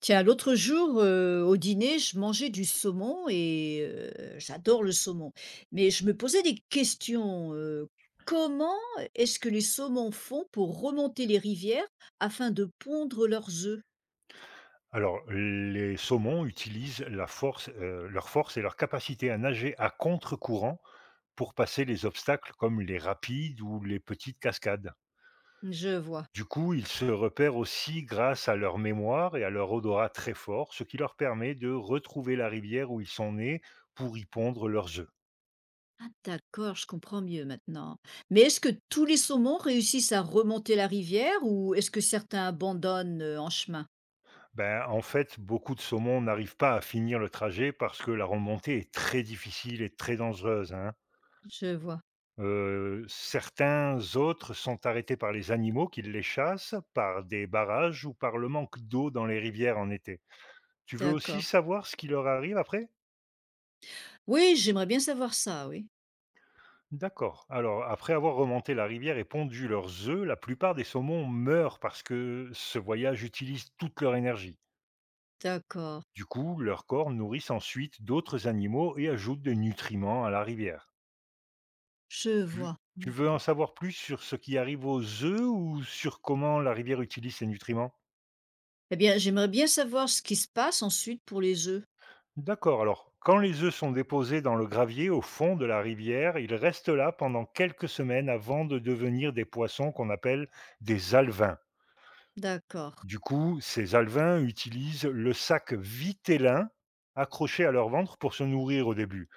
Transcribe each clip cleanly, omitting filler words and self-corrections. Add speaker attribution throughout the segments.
Speaker 1: Tiens, l'autre jour, au dîner, je mangeais du saumon et j'adore le saumon. Mais je me posais des questions, comment est-ce que les saumons font pour remonter les rivières afin de pondre leurs œufs?
Speaker 2: Alors, les saumons utilisent la force, leur force et leur capacité à nager à contre-courant pour passer les obstacles comme les rapides ou les petites cascades.
Speaker 1: Je vois.
Speaker 2: Du coup, ils se repèrent aussi grâce à leur mémoire et à leur odorat très fort, ce qui leur permet de retrouver la rivière où ils sont nés pour y pondre leurs œufs.
Speaker 1: Ah d'accord, je comprends mieux maintenant. Mais est-ce que tous les saumons réussissent à remonter la rivière ou est-ce que certains abandonnent, en chemin?
Speaker 2: Ben, en fait, beaucoup de saumons n'arrivent pas à finir le trajet parce que la remontée est très difficile et très dangereuse, hein.
Speaker 1: Je vois,
Speaker 2: Certains autres sont arrêtés par les animaux qui les chassent, par des barrages ou par le manque d'eau dans les rivières en été. Tu veux aussi
Speaker 1: d'accord.
Speaker 2: savoir ce qui leur arrive après?
Speaker 1: Oui, j'aimerais bien savoir ça, oui.
Speaker 2: D'accord. Alors, après avoir remonté la rivière et pondu leurs œufs, la plupart des saumons meurent parce que ce voyage utilise toute leur énergie.
Speaker 1: D'accord,
Speaker 2: Du coup, leurs corps nourrissent ensuite d'autres animaux et ajoutent des nutriments à la rivière.
Speaker 1: je
Speaker 2: Tu
Speaker 1: vois.
Speaker 2: tu veux en savoir plus sur ce qui arrive aux œufs ou sur comment la rivière utilise ces nutriments?
Speaker 1: Eh bien, j'aimerais bien savoir ce qui se passe ensuite pour les œufs.
Speaker 2: D'accord, alors quand les œufs sont déposés dans le gravier au fond de la rivière, ils restent là pendant quelques semaines avant de devenir des poissons qu'on appelle des alevins.
Speaker 1: D'accord,
Speaker 2: Du coup, ces alevins utilisent le sac vitellin accroché à leur ventre pour se nourrir au début.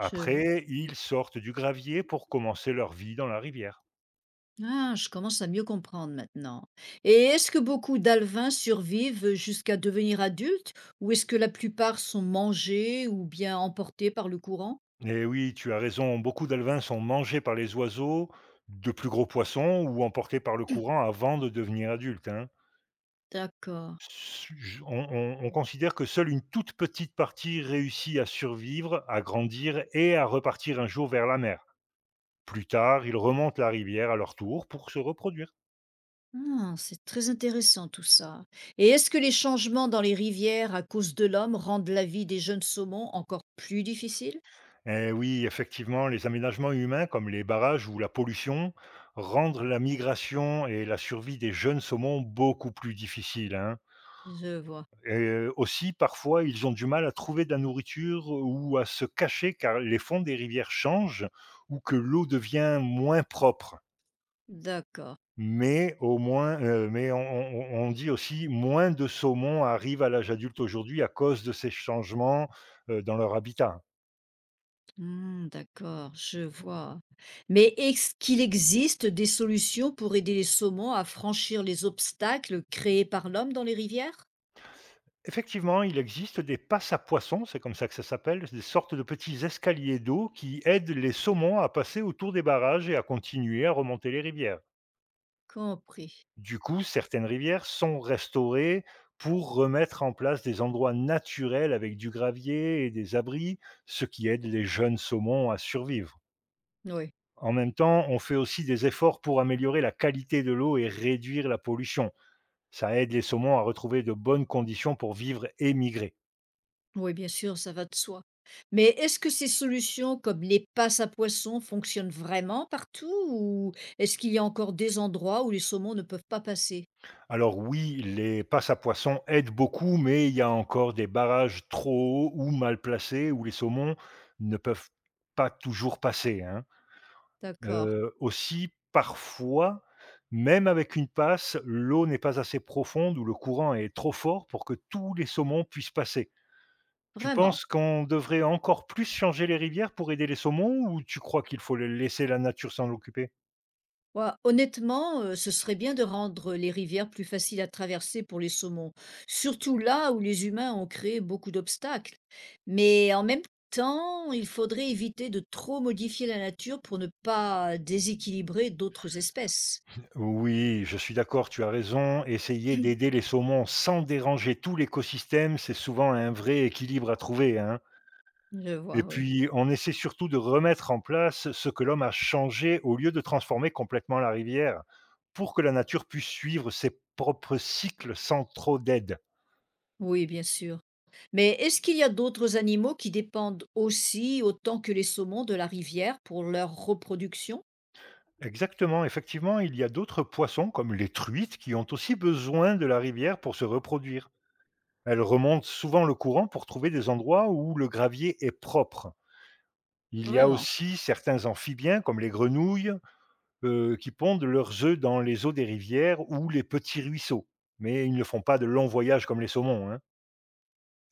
Speaker 1: je vois.
Speaker 2: ils sortent du gravier pour commencer leur vie dans la rivière.
Speaker 1: Ah, je commence à mieux comprendre maintenant. Et est-ce que beaucoup d'alevins survivent jusqu'à devenir adultes ou est-ce que la plupart sont mangés ou bien emportés par le courant?
Speaker 2: Et oui, tu as raison, beaucoup d'alevins sont mangés par les oiseaux, de plus gros poissons ou emportés par le courant avant de devenir adultes, hein.
Speaker 1: D'accord.
Speaker 2: Su On considère que seule une toute petite partie réussit à survivre, à grandir et à repartir un jour vers la mer. Plus tard, ils remontent la rivière à leur tour pour se reproduire.
Speaker 1: Ah, c'est très intéressant tout ça. Et est-ce que les changements dans les rivières à cause de l'homme rendent la vie des jeunes saumons encore plus difficile?
Speaker 2: Eh oui, effectivement, les aménagements humains comme les barrages ou la pollution rendent la migration et la survie des jeunes saumons beaucoup plus difficiles, hein.
Speaker 1: Je vois.
Speaker 2: Et aussi, parfois, ils ont du mal à trouver de la nourriture ou à se cacher car les fonds des rivières changent ou que l'eau devient moins propre.
Speaker 1: D'accord.
Speaker 2: Mais au moins, mais on dit aussi moins de saumons arrivent à l'âge adulte aujourd'hui à cause de ces changements, dans leur habitat.
Speaker 1: Mmh, d'accord, je vois. Mais est-ce qu'il existe des solutions pour aider les saumons à franchir les obstacles créés par l'homme dans les rivières?
Speaker 2: Effectivement, il existe des passes à poissons, c'est comme ça que ça s'appelle, des sortes de petits escaliers d'eau qui aident les saumons à passer autour des barrages et à continuer à remonter les rivières.
Speaker 1: Compris.
Speaker 2: Du coup, certaines rivières sont restaurées pour remettre en place des endroits naturels avec du gravier et des abris, ce qui aide les jeunes saumons à survivre.
Speaker 1: Oui,
Speaker 2: En même temps, on fait aussi des efforts pour améliorer la qualité de l'eau et réduire la pollution. Ça aide les saumons à retrouver de bonnes conditions pour vivre et migrer.
Speaker 1: oui, bien sûr, ça va de soi. Mais est-ce que ces solutions, comme les passes à poissons, fonctionnent vraiment partout ou est-ce qu'il y a encore des endroits où les saumons ne peuvent pas passer?
Speaker 2: Alors oui, les passes à poissons aident beaucoup, mais il y a encore des barrages trop hauts ou mal placés où les saumons ne peuvent pas toujours passer, hein.
Speaker 1: D'accord,
Speaker 2: Aussi, parfois, même avec une passe, l'eau n'est pas assez profonde ou le courant est trop fort pour que tous les saumons puissent passer. Tu
Speaker 1: vraiment.
Speaker 2: penses qu'on devrait encore plus changer les rivières pour aider les saumons ou tu crois qu'il faut laisser la nature s'en occuper?
Speaker 1: Ouah, honnêtement, ce serait bien de rendre les rivières plus faciles à traverser pour les saumons, surtout là où les humains ont créé beaucoup d'obstacles. Mais en même temps, il faudrait éviter de trop modifier la nature pour ne pas déséquilibrer d'autres espèces.
Speaker 2: Oui, je suis d'accord, tu as raison. Essayer d'aider les saumons sans déranger tout l'écosystème, c'est souvent un vrai équilibre à trouver, hein.
Speaker 1: Je
Speaker 2: Et
Speaker 1: vois, oui.
Speaker 2: puis, on essaie surtout de remettre en place ce que l'homme a changé au lieu de transformer complètement la rivière pour que la nature puisse suivre ses propres cycles sans trop d'aide.
Speaker 1: Oui, bien sûr. Mais est-ce qu'il y a d'autres animaux qui dépendent aussi, autant que les saumons, de la rivière pour leur reproduction?
Speaker 2: Exactement, effectivement, il y a d'autres poissons comme les truites qui ont aussi besoin de la rivière pour se reproduire. Elles remontent souvent le courant pour trouver des endroits où le gravier est propre. Il y a
Speaker 1: Vraiment?
Speaker 2: aussi certains amphibiens comme les grenouilles qui pondent leurs œufs dans les eaux des rivières ou les petits ruisseaux. Mais ils ne font pas de longs voyages comme les saumons, hein.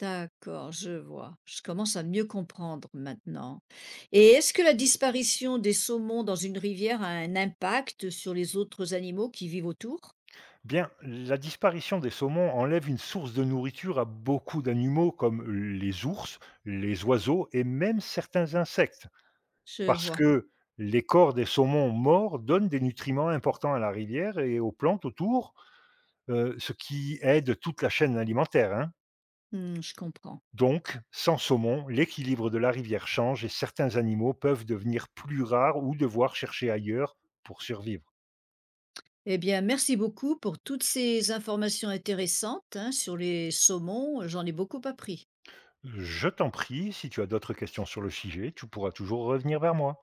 Speaker 1: D'accord, je vois. Je commence à mieux comprendre maintenant. Et est-ce que la disparition des saumons dans une rivière a un impact sur les autres animaux qui vivent autour?
Speaker 2: Bien, la disparition des saumons enlève une source de nourriture à beaucoup d'animaux comme les ours, les oiseaux et même certains insectes.
Speaker 1: Je
Speaker 2: Parce
Speaker 1: vois.
Speaker 2: que les corps des saumons morts donnent des nutriments importants à la rivière et aux plantes autour, ce qui aide toute la chaîne alimentaire, hein.
Speaker 1: Hmm, je comprends.
Speaker 2: Donc, sans saumon, l'équilibre de la rivière change et certains animaux peuvent devenir plus rares ou devoir chercher ailleurs pour survivre.
Speaker 1: Eh bien, merci beaucoup pour toutes ces informations intéressantes, hein, sur les saumons. J'en ai beaucoup appris.
Speaker 2: Je t'en prie, si tu as d'autres questions sur le sujet, tu pourras toujours revenir vers moi.